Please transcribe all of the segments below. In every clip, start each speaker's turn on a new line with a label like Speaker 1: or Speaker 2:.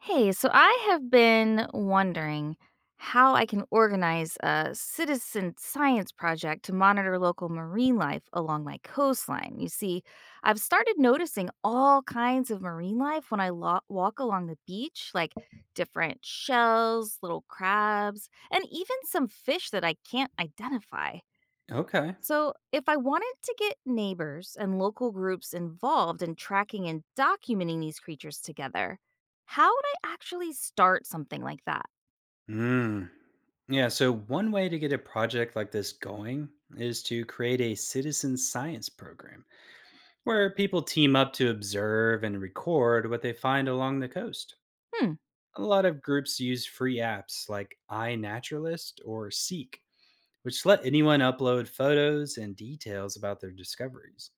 Speaker 1: Hey, so I have been wondering how I can organize a citizen science project to monitor local marine life along my coastline. You see, I've started noticing all kinds of marine life when walk along the beach, like different shells, little crabs, and even some fish that I can't identify.
Speaker 2: Okay.
Speaker 1: So, if I wanted to get neighbors and local groups involved in tracking and documenting these creatures together, how would I actually start something like that?
Speaker 2: Mm. Yeah. So, one way to get a project like this going is to create a citizen science program where people team up to observe and record what they find along the coast.
Speaker 1: Hmm.
Speaker 2: A lot of groups use free apps like iNaturalist or Seek, which let anyone upload photos and details about their discoveries.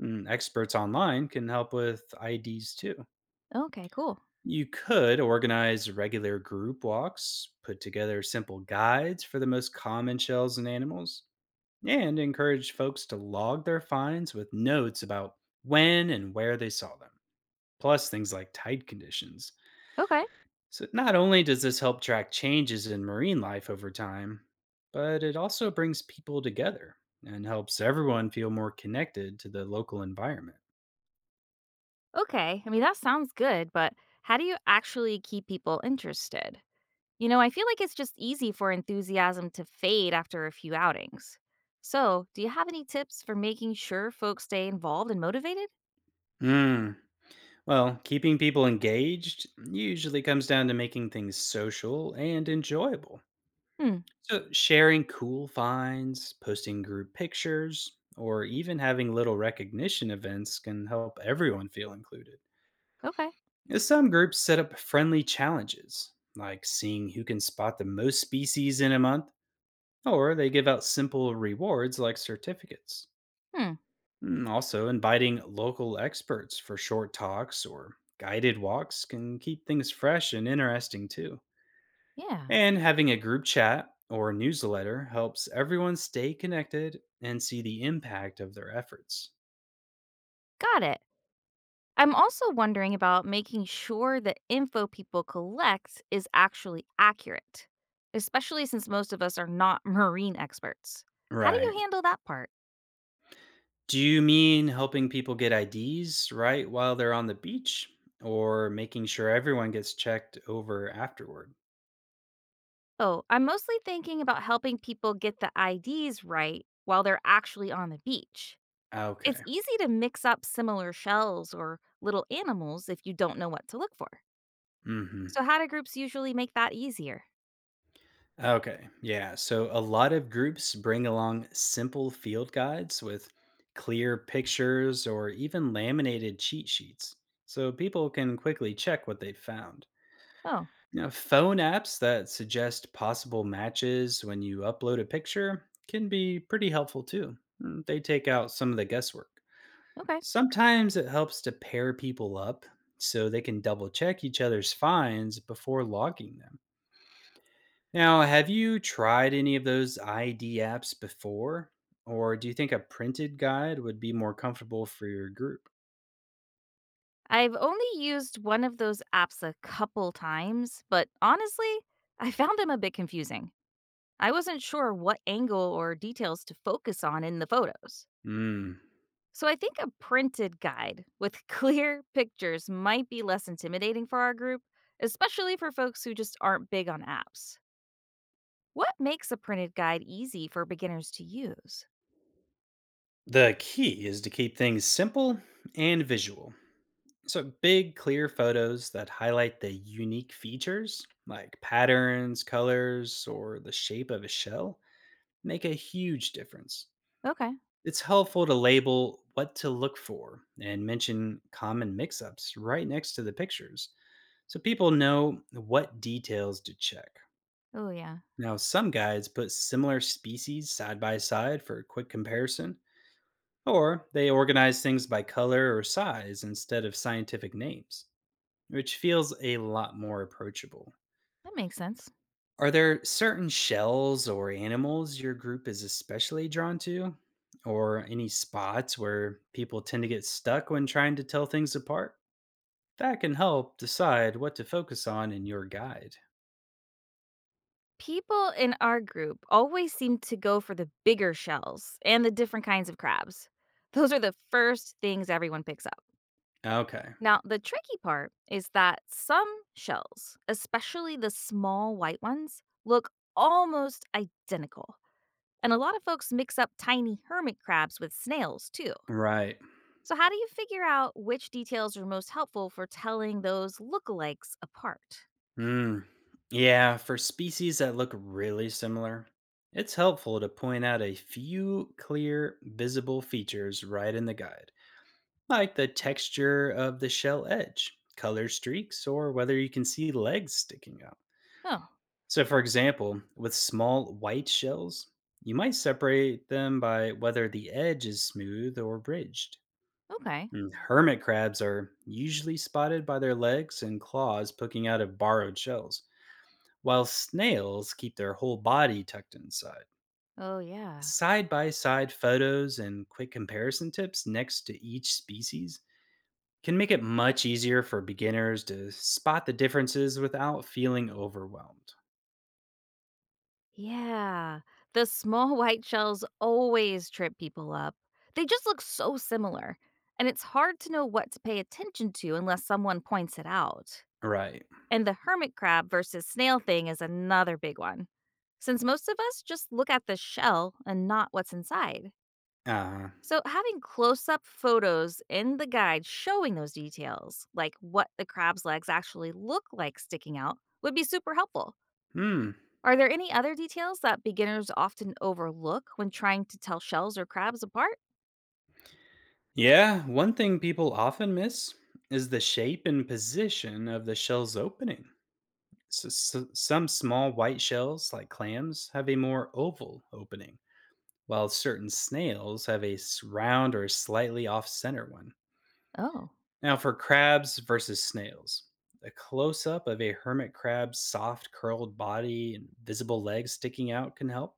Speaker 2: Experts online can help with IDs too.
Speaker 1: Okay, cool.
Speaker 2: You could organize regular group walks, put together simple guides for the most common shells and animals, and encourage folks to log their finds with notes about when and where they saw them, plus things like tide conditions.
Speaker 1: Okay.
Speaker 2: So, not only does this help track changes in marine life over time, but it also brings people together and helps everyone feel more connected to the local environment.
Speaker 1: Okay. I mean, that sounds good, but how do you actually keep people interested? I feel like it's just easy for enthusiasm to fade after a few outings. So, do you have any tips for making sure folks stay involved and motivated?
Speaker 2: Hmm. Well, keeping people engaged usually comes down to making things social and enjoyable.
Speaker 1: Hmm.
Speaker 2: So, sharing cool finds, posting group pictures, or even having little recognition events can help everyone feel included.
Speaker 1: Okay.
Speaker 2: Some groups set up friendly challenges, like seeing who can spot the most species in a month, or they give out simple rewards like certificates.
Speaker 1: Hmm.
Speaker 2: Also, inviting local experts for short talks or guided walks can keep things fresh and interesting too.
Speaker 1: Yeah.
Speaker 2: And having a group chat or newsletter helps everyone stay connected and see the impact of their efforts.
Speaker 1: Got it. I'm also wondering about making sure the info people collect is actually accurate, especially since most of us are not marine experts. How do
Speaker 2: Right.
Speaker 1: you handle that part?
Speaker 2: Do you mean helping people get IDs right while they're on the beach or making sure everyone gets checked over afterward?
Speaker 1: Oh, I'm mostly thinking about helping people get the IDs right while they're actually on the beach. It's
Speaker 2: Okay.
Speaker 1: easy to mix up similar shells or little animals if you don't know what to look for.
Speaker 2: Mhm.
Speaker 1: So, how do groups usually make that easier?
Speaker 2: Okay. Yeah. So a lot of groups bring along simple field guides with clear pictures or even laminated cheat sheets so people can quickly check what they've found.
Speaker 1: Oh,
Speaker 2: Now, phone apps that suggest possible matches when you upload a picture can be pretty helpful too. They take out some of the guesswork.
Speaker 1: okay.
Speaker 2: Sometimes it helps to pair people up so they can double check each other's finds before logging them. Now, have you tried any of those ID apps before? Or do you think a printed guide would be more comfortable for your group?
Speaker 1: I've only used one of those apps a couple times, but honestly, I found them a bit confusing. I wasn't sure what angle or details to focus on in the photos.
Speaker 2: Mm.
Speaker 1: So I think a printed guide with clear pictures might be less intimidating for our group, especially for folks who just aren't big on apps. What makes a printed guide easy for beginners to use?
Speaker 2: The key is to keep things simple and visual. So, big, clear photos that highlight the unique features, like patterns, colors, or the shape of a shell, make a huge difference.
Speaker 1: Okay.
Speaker 2: It's helpful to label what to look for and mention common mix ups right next to the pictures. So people know what details to check.
Speaker 1: Oh, yeah.
Speaker 2: Now, some guides put similar species side by side for a quick comparison, or they organize things by color or size instead of scientific names, which feels a lot more approachable.
Speaker 1: That makes sense.
Speaker 2: Are there certain shells or animals your group is especially drawn to? Or any spots where people tend to get stuck when trying to tell things apart? That can help decide what to focus on in your guide.
Speaker 1: People in our group always seem to go for the bigger shells and the different kinds of crabs. Those are the first things everyone picks up.
Speaker 2: Okay,
Speaker 1: Now, the tricky part is that some shells, especially the small white ones, look almost identical. And a lot of folks mix up tiny hermit crabs with snails, too.
Speaker 2: right.
Speaker 1: So, how do you figure out which details are most helpful for telling those lookalikes apart?
Speaker 2: Mm. Yeah, for species that look really similar, it's helpful to point out a few clear, visible features right in the guide, like the texture of the shell edge, color streaks, or whether you can see legs sticking out.
Speaker 1: Oh,
Speaker 2: So, for example, with small white shells, you might separate them by whether the edge is smooth or ridged.
Speaker 1: okay.
Speaker 2: Hermit crabs are usually spotted by their legs and claws poking out of borrowed shells while snails keep their whole body tucked inside.
Speaker 1: Oh, yeah.
Speaker 2: Side by side photos and quick comparison tips next to each species can make it much easier for beginners to spot the differences without feeling overwhelmed.
Speaker 1: Yeah. The small white shells always trip people up. They just look so similar, and it's hard to know what to pay attention to unless someone points it out.
Speaker 2: Right.
Speaker 1: And the hermit crab versus snail thing is another big one, since most of us just look at the shell and not what's inside.
Speaker 2: Uh,
Speaker 1: So, having close up photos in the guide showing those details, like what the crab's legs actually look like sticking out, would be super helpful.
Speaker 2: hmm.
Speaker 1: Are there any other details that beginners often overlook when trying to tell shells or crabs apart?
Speaker 2: Yeah, one thing people often miss is the shape and position of the shell's opening. Some small white shells, like clams, have a more oval opening while certain snails have a round or slightly off center one.
Speaker 1: Oh,
Speaker 2: Now, for crabs versus snails, a close up of a hermit crab's soft, curled body and visible legs sticking out can help,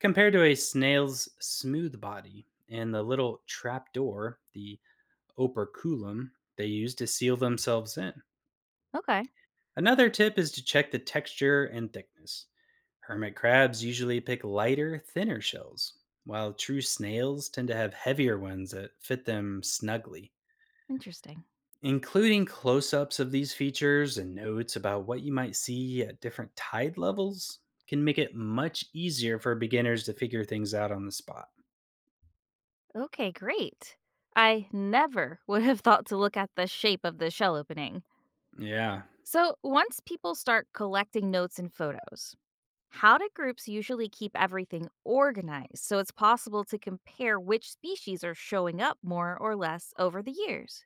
Speaker 2: compared to a snail's smooth body and the little trap door, the operculum, they use to seal themselves in.
Speaker 1: okay.
Speaker 2: Another tip is to check the texture and thickness. Hermit crabs usually pick lighter, thinner shells, while true snails tend to have heavier ones that fit them snugly.
Speaker 1: Interesting.
Speaker 2: Including close ups of these features and notes about what you might see at different tide levels can make it much easier for beginners to figure things out on the spot.
Speaker 1: Okay, great. I never would have thought to look at the shape of the shell opening.
Speaker 2: Yeah.
Speaker 1: So, once people start collecting notes and photos, how do groups usually keep everything organized so it's possible to compare which species are showing up more or less over the years?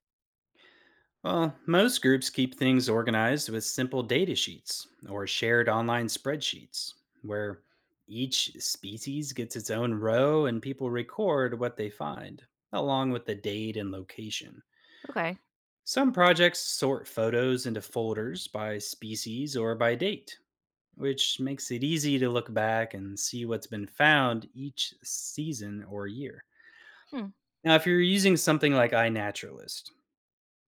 Speaker 2: Well, most groups keep things organized with simple data sheets or shared online spreadsheets where each species gets its own row and people record what they find, along with the date and location.
Speaker 1: Okay.
Speaker 2: Some projects sort photos into folders by species or by date, which makes it easy to look back and see what's been found each season or year.
Speaker 1: Hmm.
Speaker 2: Now, if you're using something like iNaturalist,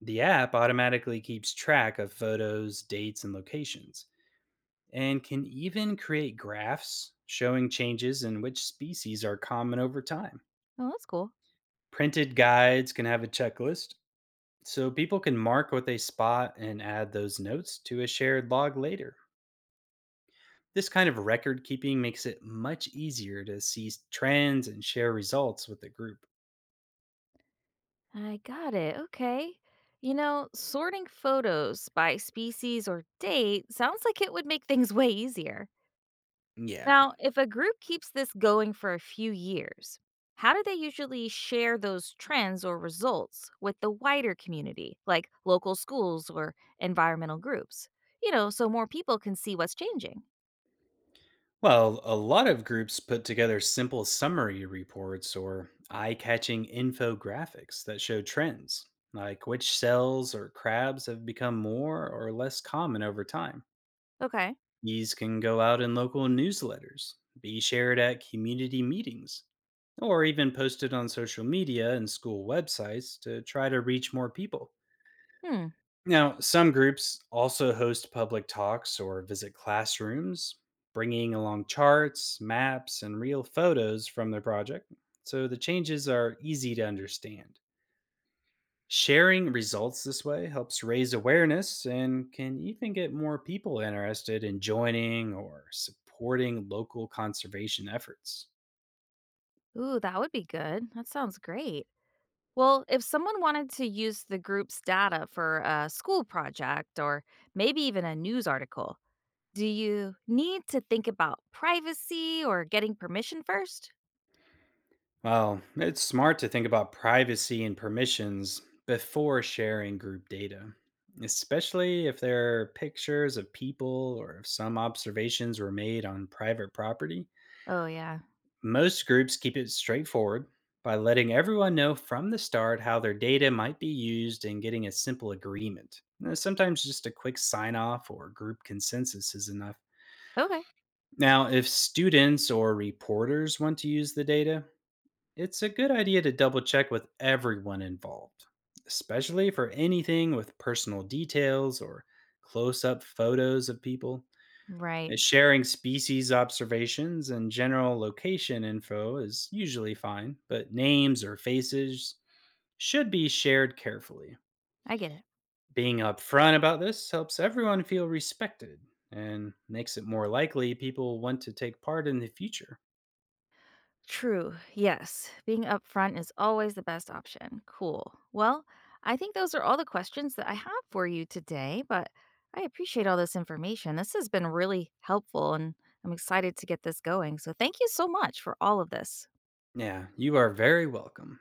Speaker 2: the app automatically keeps track of photos, dates, and locations, and can even create graphs showing changes in which species are common over time.
Speaker 1: Oh, that's cool.
Speaker 2: Printed guides can have a checklist, so people can mark what they spot and add those notes to a shared log later. This kind of record keeping makes it much easier to see trends and share results with the group.
Speaker 1: I got it. Okay. Sorting photos by species or date sounds like it would make things way easier.
Speaker 2: Yeah.
Speaker 1: Now, if a group keeps this going for a few years, how do they usually share those trends or results with the wider community, like local schools or environmental groups? So more people can see what's changing.
Speaker 2: Well, a lot of groups put together simple summary reports or eye catching infographics that show trends, like which cells or crabs have become more or less common over time.
Speaker 1: Okay.
Speaker 2: These can go out in local newsletters, be shared at community meetings, or even posted on social media and school websites to try to reach more people.
Speaker 1: Hmm.
Speaker 2: Now, some groups also host public talks or visit classrooms, bringing along charts, maps, and real photos from their project, so the changes are easy to understand. Sharing results this way helps raise awareness and can even get more people interested in joining or supporting local conservation efforts.
Speaker 1: Ooh, that would be good. That sounds great. Well, if someone wanted to use the group's data for a school project or maybe even a news article, do you need to think about privacy or getting permission first?
Speaker 2: Well, it's smart to think about privacy and permissions before sharing group data, especially if there are pictures of people or if some observations were made on private property.
Speaker 1: Oh, yeah.
Speaker 2: Most groups keep it straightforward by letting everyone know from the start how their data might be used and getting a simple agreement. Now, sometimes just a quick sign off or group consensus is enough.
Speaker 1: Okay.
Speaker 2: Now, if students or reporters want to use the data, it's a good idea to double check with everyone involved, especially for anything with personal details or close up photos of people.
Speaker 1: Right.
Speaker 2: Sharing species observations and general location info is usually fine, but names or faces should be shared carefully.
Speaker 1: I get it.
Speaker 2: Being upfront about this helps everyone feel respected and makes it more likely people want to take part in the future.
Speaker 1: True. Yes. Being upfront is always the best option. Cool. Well, I think those are all the questions that I have for you today, but I appreciate all this information. This has been really helpful and I'm excited to get this going. So, thank you so much for all of this.
Speaker 2: Yeah, you are very welcome.